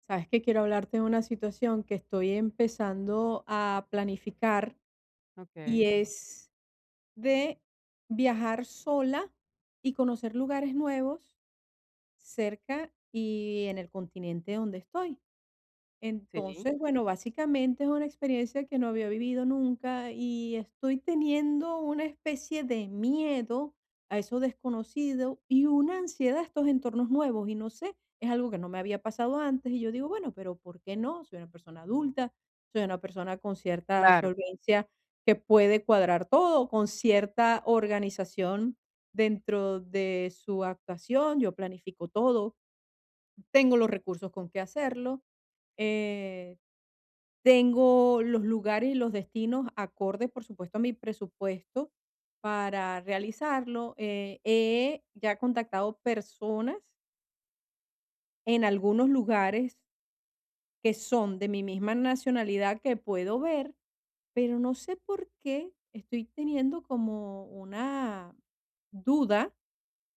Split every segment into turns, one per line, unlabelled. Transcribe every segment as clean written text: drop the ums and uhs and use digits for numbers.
Sabes que quiero hablarte de una situación que estoy empezando a planificar y
Okey,
es de viajar sola y conocer lugares nuevos cerca y en el continente donde estoy.
sí,
Entonces, bueno, básicamente es una experiencia que no había vivido nunca y estoy teniendo una especie de miedo a eso desconocido y una ansiedad a estos entornos nuevos y no sé, es algo que no me había pasado antes y yo digo, bueno, pero ¿por qué no? Soy una persona adulta, soy una persona con cierta
claro.
solvencia que puede cuadrar todo, con cierta organización dentro de su actuación, yo planifico todo, tengo los recursos con que hacerlo. Eh, Tengo los lugares y los destinos acordes, por supuesto, a mi presupuesto para realizarlo. He ya contactado personas en algunos lugares que son de mi misma nacionalidad que puedo ver, pero no sé por qué estoy teniendo como una duda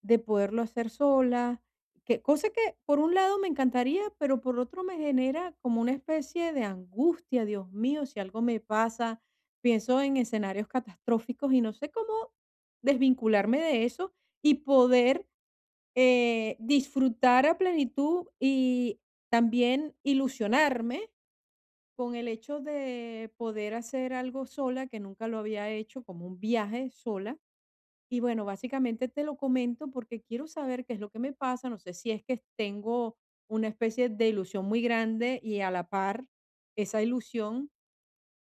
de poderlo hacer sola, que cosa que por un lado me encantaría, pero por otro me genera como una especie de angustia, Dios mío, si algo me pasa, pienso en escenarios catastróficos y no sé cómo desvincularme de eso y poder, disfrutar a plenitud y también ilusionarme con el hecho de poder hacer algo sola, que nunca lo había hecho, como un viaje sola. Y bueno, básicamente te lo comento porque quiero saber qué es lo que me pasa. No sé si es que tengo una especie de ilusión muy grande y a la par esa ilusión,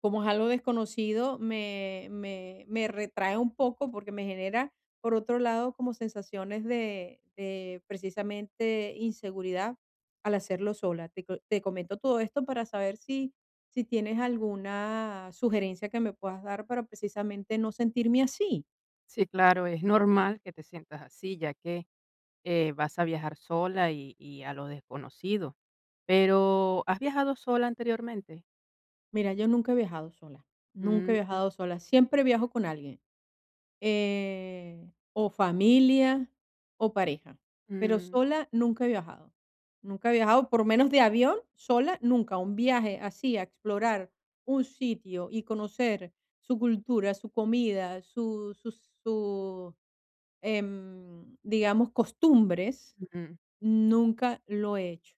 como es algo desconocido, me retrae un poco porque me genera, por otro lado, como sensaciones de precisamente inseguridad al hacerlo sola. Te comento todo esto para saber si, si tienes alguna sugerencia que me puedas dar para precisamente no sentirme así.
Sí, claro, es normal que te sientas así, ya que, vas a viajar sola y a lo desconocido. Pero, ¿has viajado sola anteriormente?
Mira, yo nunca he viajado sola, nunca he
Mm,
viajado sola, siempre viajo con alguien, o familia o pareja, pero
mm,
sola nunca he viajado, nunca he viajado, por menos de avión, sola nunca, un viaje así a explorar un sitio y conocer su cultura, su comida, su, digamos, costumbres,
ujú,
nunca lo he hecho.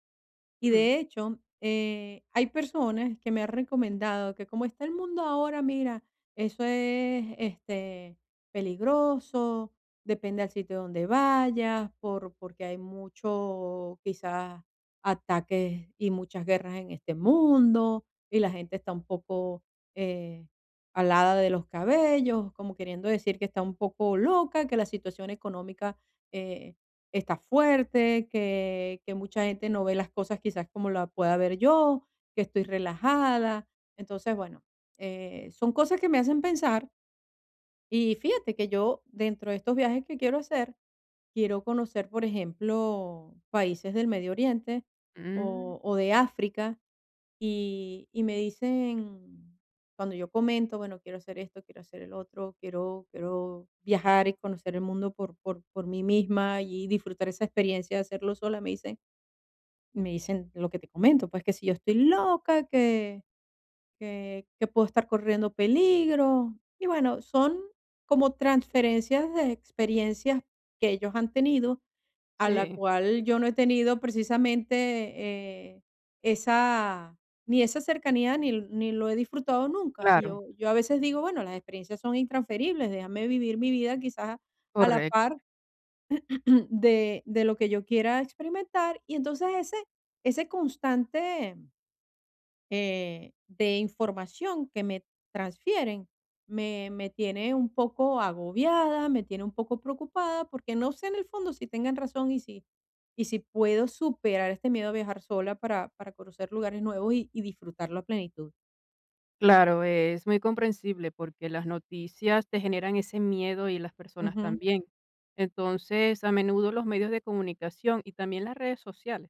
Y
mm,
de hecho, hay personas que me han recomendado que como está el mundo ahora, mira, eso es este, peligroso, depende del sitio donde vayas, porque hay mucho, quizás, ataques y muchas guerras en este mundo, y la gente está un poco eh, alada de los cabellos, como queriendo decir que está un poco loca, que la situación económica eh, está fuerte, que mucha gente no ve las cosas quizás como la pueda ver yo, que estoy relajada. Entonces, bueno, son cosas que me hacen pensar y fíjate que yo dentro de estos viajes que quiero hacer, quiero conocer, por ejemplo, países del Medio Oriente
mm,
o de África y me dicen, cuando yo comento, bueno, quiero hacer esto, quiero hacer el otro, quiero viajar y conocer el mundo por mí misma y disfrutar esa experiencia de hacerlo sola, me dicen lo que te comento, pues que si yo estoy loca, que, que puedo estar corriendo peligro. Y bueno, son como transferencias de experiencias que ellos han tenido, a la
sí,
cual yo no he tenido precisamente, eh, esa ni esa cercanía ni lo he disfrutado nunca. Y
claro,
yo a veces digo, bueno, las experiencias son intransferibles, déjame vivir mi vida quizás a la
correcto.
par de lo que yo quiera experimentar. Y entonces ese constante de información que me transfieren, me tiene un poco agobiada, me tiene un poco preocupada, porque no sé en el fondo si tengan razón y si puedo superar este miedo a viajar sola para conocer lugares nuevos y disfrutarlo a plenitud.
Claro, es muy comprensible porque las noticias te generan ese miedo y las personas
Ujú,
también. Entonces, a menudo los medios de comunicación y también las redes sociales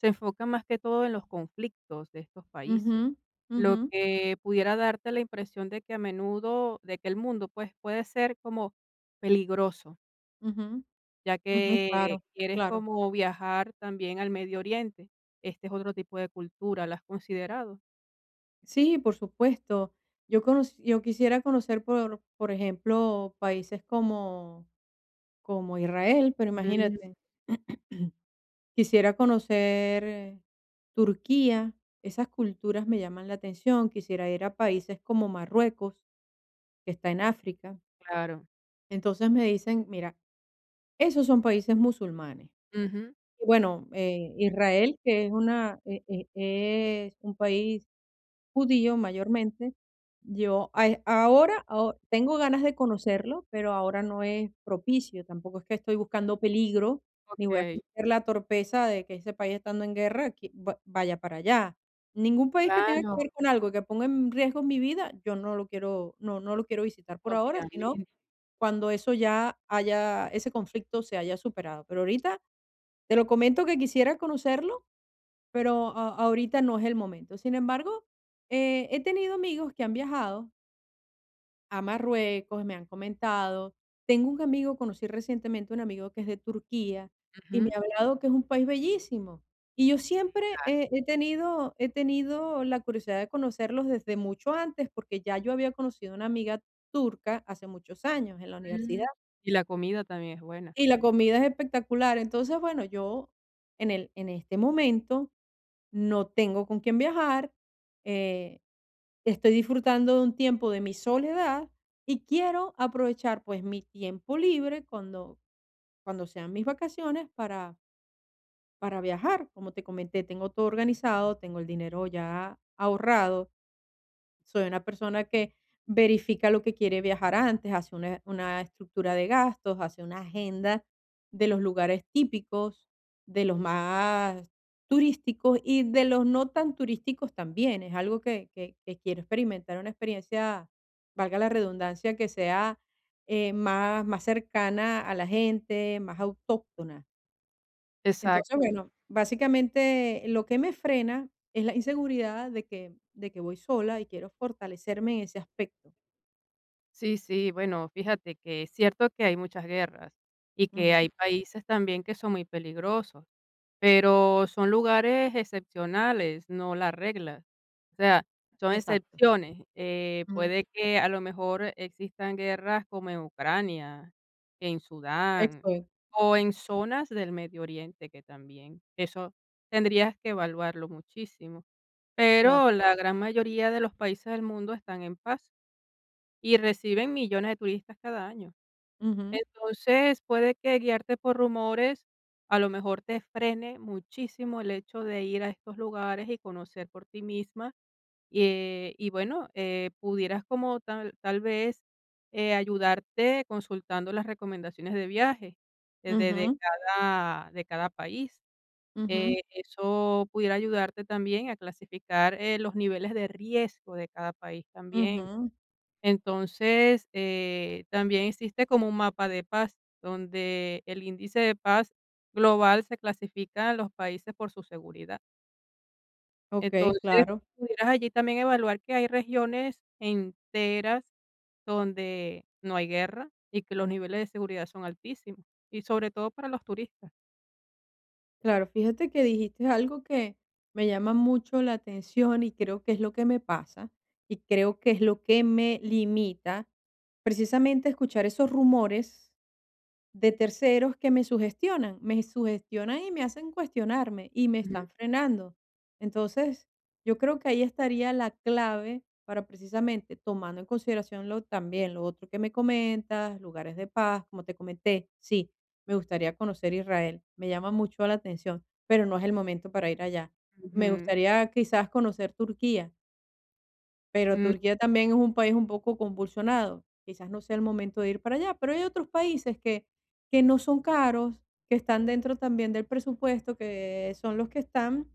se enfoca más que todo en los conflictos de estos países,
ujú,
lo
ujú,
que pudiera darte la impresión de que el mundo, pues, puede ser como peligroso,
ujú,
ya
ujú,
que
claro,
quieres
claro.
como viajar también al Medio Oriente. Este es otro tipo de cultura, ¿la has considerado?
Sí, por supuesto. Yo quisiera conocer, por ejemplo, países como, como Israel, pero
Mm,
imagínate. Quisiera conocer Turquía, esas culturas me llaman la atención, quisiera ir a países como Marruecos, que está en África.
claro.
Entonces me dicen, mira, esos son países musulmanes.
Ujú.
Y bueno, Israel, que es una e e es un país judío mayormente. Yo a e ahora aho Tengo ganas de conocerlo, pero ahora no es propicio, tampoco es que estoy buscando peligro, ni voy a
Okey.
cometer la torpeza de que ese país estando en guerra que va vaya para allá. Ningún país que tenga que
Claro,
ver con algo que ponga en riesgo mi vida, yo no lo quiero no no lo quiero visitar por ahora, sino
obviamente.
cuando eso ya haya ese conflicto se haya superado. Pero ahorita te lo comento que quisiera conocerlo pero ahorita no es el momento. Sin embargo, he tenido amigos que han viajado a Marruecos, me han comentado. Tengo un amigo, conocí recientemente un amigo que es de Turquía y me
Ujú.
ha hablado que es un país bellísimo. Y yo siempre
Claro.
he tenido la curiosidad de conocerlos desde mucho antes, porque ya yo había conocido una amiga turca hace muchos años en la
Mm.
universidad.
Y la comida también es buena.
Y la comida es espectacular. Entonces, bueno, yo en este momento no tengo con quién viajar, eh, estoy disfrutando de un tiempo de mi soledad y quiero aprovechar, pues, mi tiempo libre cuando sean mis vacaciones para viajar. Como te comenté, tengo todo organizado, tengo el dinero ya ahorrado. Soy una persona que verifica lo que quiere viajar antes, hace una estructura de gastos, hace una agenda de los lugares típicos, de los más turísticos y de los no tan turísticos también. Es algo que quiero experimentar, una experiencia, valga la redundancia, que sea más cercana a la gente, más autóctona. Entonces,
Exacto.
bueno, básicamente lo que me frena es la inseguridad de que voy sola y quiero fortalecerme en ese aspecto.
Sí, sí, bueno, fíjate que es cierto que hay muchas guerras y que
Ujú,
hay países también que son muy peligrosos, pero son lugares excepcionales, no las reglas. O sea, son
exacto.
excepciones.
Ujú,
Puede que a lo mejor existan guerras como en Ucrania, en Sudán
exacto.
o en zonas del Medio Oriente que también, eso tendrías que evaluarlo muchísimo.
Claro.
Pero la gran mayoría de los países del mundo están en paz. Y reciben millones de turistas cada año.
Ujú,
Entonces, puede que guiarte por rumores, a lo mejor te frene muchísimo el hecho de ir a estos lugares y conocer por ti misma. Y bueno, pudieras como tal, tal vez ayudarte consultando las recomendaciones de viaje
ujú,
de cada país.
ujú,
Eso pudiera ayudarte también a clasificar los niveles de riesgo de cada país también.
ujú.
Entonces, también existe como un mapa de paz, donde el índice de paz global se clasifica a los países por su seguridad.
Okey,
Entonces,
claro.
pudieras allí también evaluar que hay regiones enteras donde no hay guerra y que los niveles de seguridad son altísimos, y sobre todo para los turistas.
Claro, fíjate que dijiste algo que me llama mucho la atención y creo que es lo que me pasa y creo que es lo que me limita precisamente a escuchar esos rumores de terceros que me sugestionan y me hacen cuestionarme y me
Ujú,
están frenando. Entonces, yo creo que ahí estaría la clave para precisamente tomando en consideración lo, también lo otro que me comentas, lugares de paz, como te comenté, sí, me gustaría conocer Israel, me llama mucho la atención, pero no es el momento para ir allá. Me
ujú.
gustaría quizás conocer Turquía, pero
Mm,
Turquía también es un país un poco convulsionado. Quizás no sea el momento de ir para allá, pero hay otros países que no son caros, que están dentro también del presupuesto, que son los que están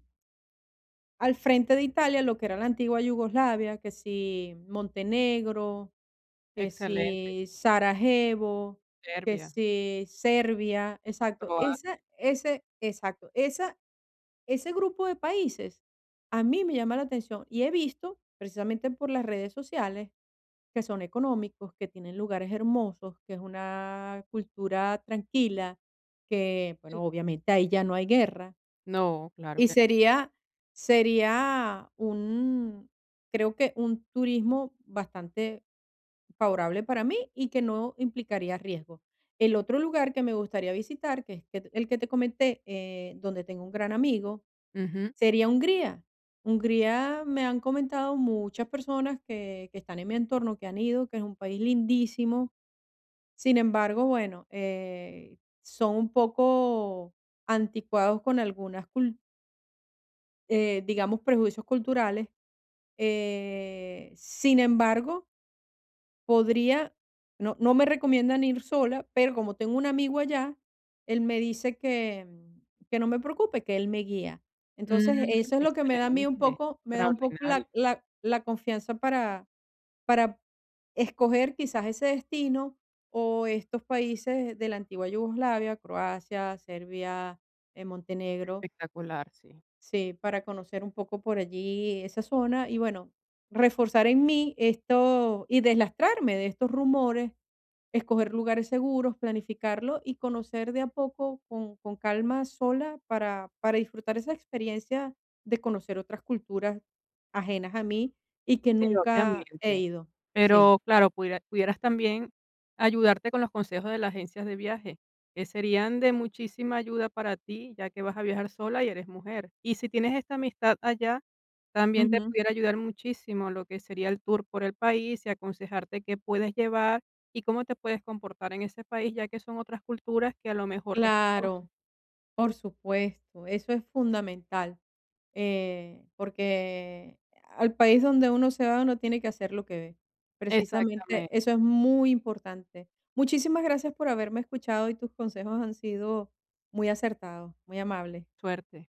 al frente de Italia, lo que era la antigua Yugoslavia, que si Montenegro, que
excelente.
si Sarajevo, que
Serbia.
si Serbia, exacto.
Croacia.
Esa ese Exacto, esa ese grupo de países a mí me llama la atención y he visto, precisamente por las redes sociales, que son económicos, que tienen lugares hermosos, que es una cultura tranquila, que,
Sí.
bueno, obviamente ahí ya no hay guerra.
No, claro
Y
que no.
sería sería un creo que un turismo bastante favorable para mí y que no implicaría riesgo. El otro lugar que me gustaría visitar, que es que el que te comenté, donde tengo un gran amigo,
Ujú.
sería Hungría. Hungría me han comentado muchas personas que están en mi entorno, que han ido, que es un país lindísimo. Sin embargo, bueno, son un poco anticuados con algunas cul digamos, prejuicios culturales. Sin embargo, podría, no, no me recomiendan ir sola, pero como tengo un amigo allá, él me dice que, que no me preocupe, que él me guía. Entonces,
Mm,
eso es lo que me da a mí un
excelente.
poco, me da un poco
Extraordinario.
la confianza para escoger quizás ese destino o estos países de la antigua Yugoslavia, Croacia, Serbia, Montenegro,
Espectacular, sí.
sí, para conocer un poco por allí esa zona y bueno, reforzar en mí esto y deslastrarme de estos rumores, escoger lugares seguros, planificarlo y conocer de a poco con calma sola para disfrutar esa experiencia de conocer otras culturas ajenas a mí y que
Sí,
nunca he
obviamente.
ido. Sí.
Pero claro, pudieras también ayudarte con los consejos de las agencias de viaje, que serían de muchísima ayuda para ti, ya que vas a viajar sola y eres mujer. Y si tienes esta amistad allá, también te pudiera ayudar muchísimo lo que sería el tour por el país y aconsejarte qué puedes llevar y cómo te puedes comportar en ese país, ya que son otras culturas que a lo mejor desconoces.
Claro, por supuesto, eso es fundamental, porque al país donde uno se va, uno tiene que hacer lo que ve. Precisamente
Exactamente.
eso es muy importante. Muchísimas gracias por haberme escuchado y tus consejos han sido muy acertados, muy amables.
Suerte.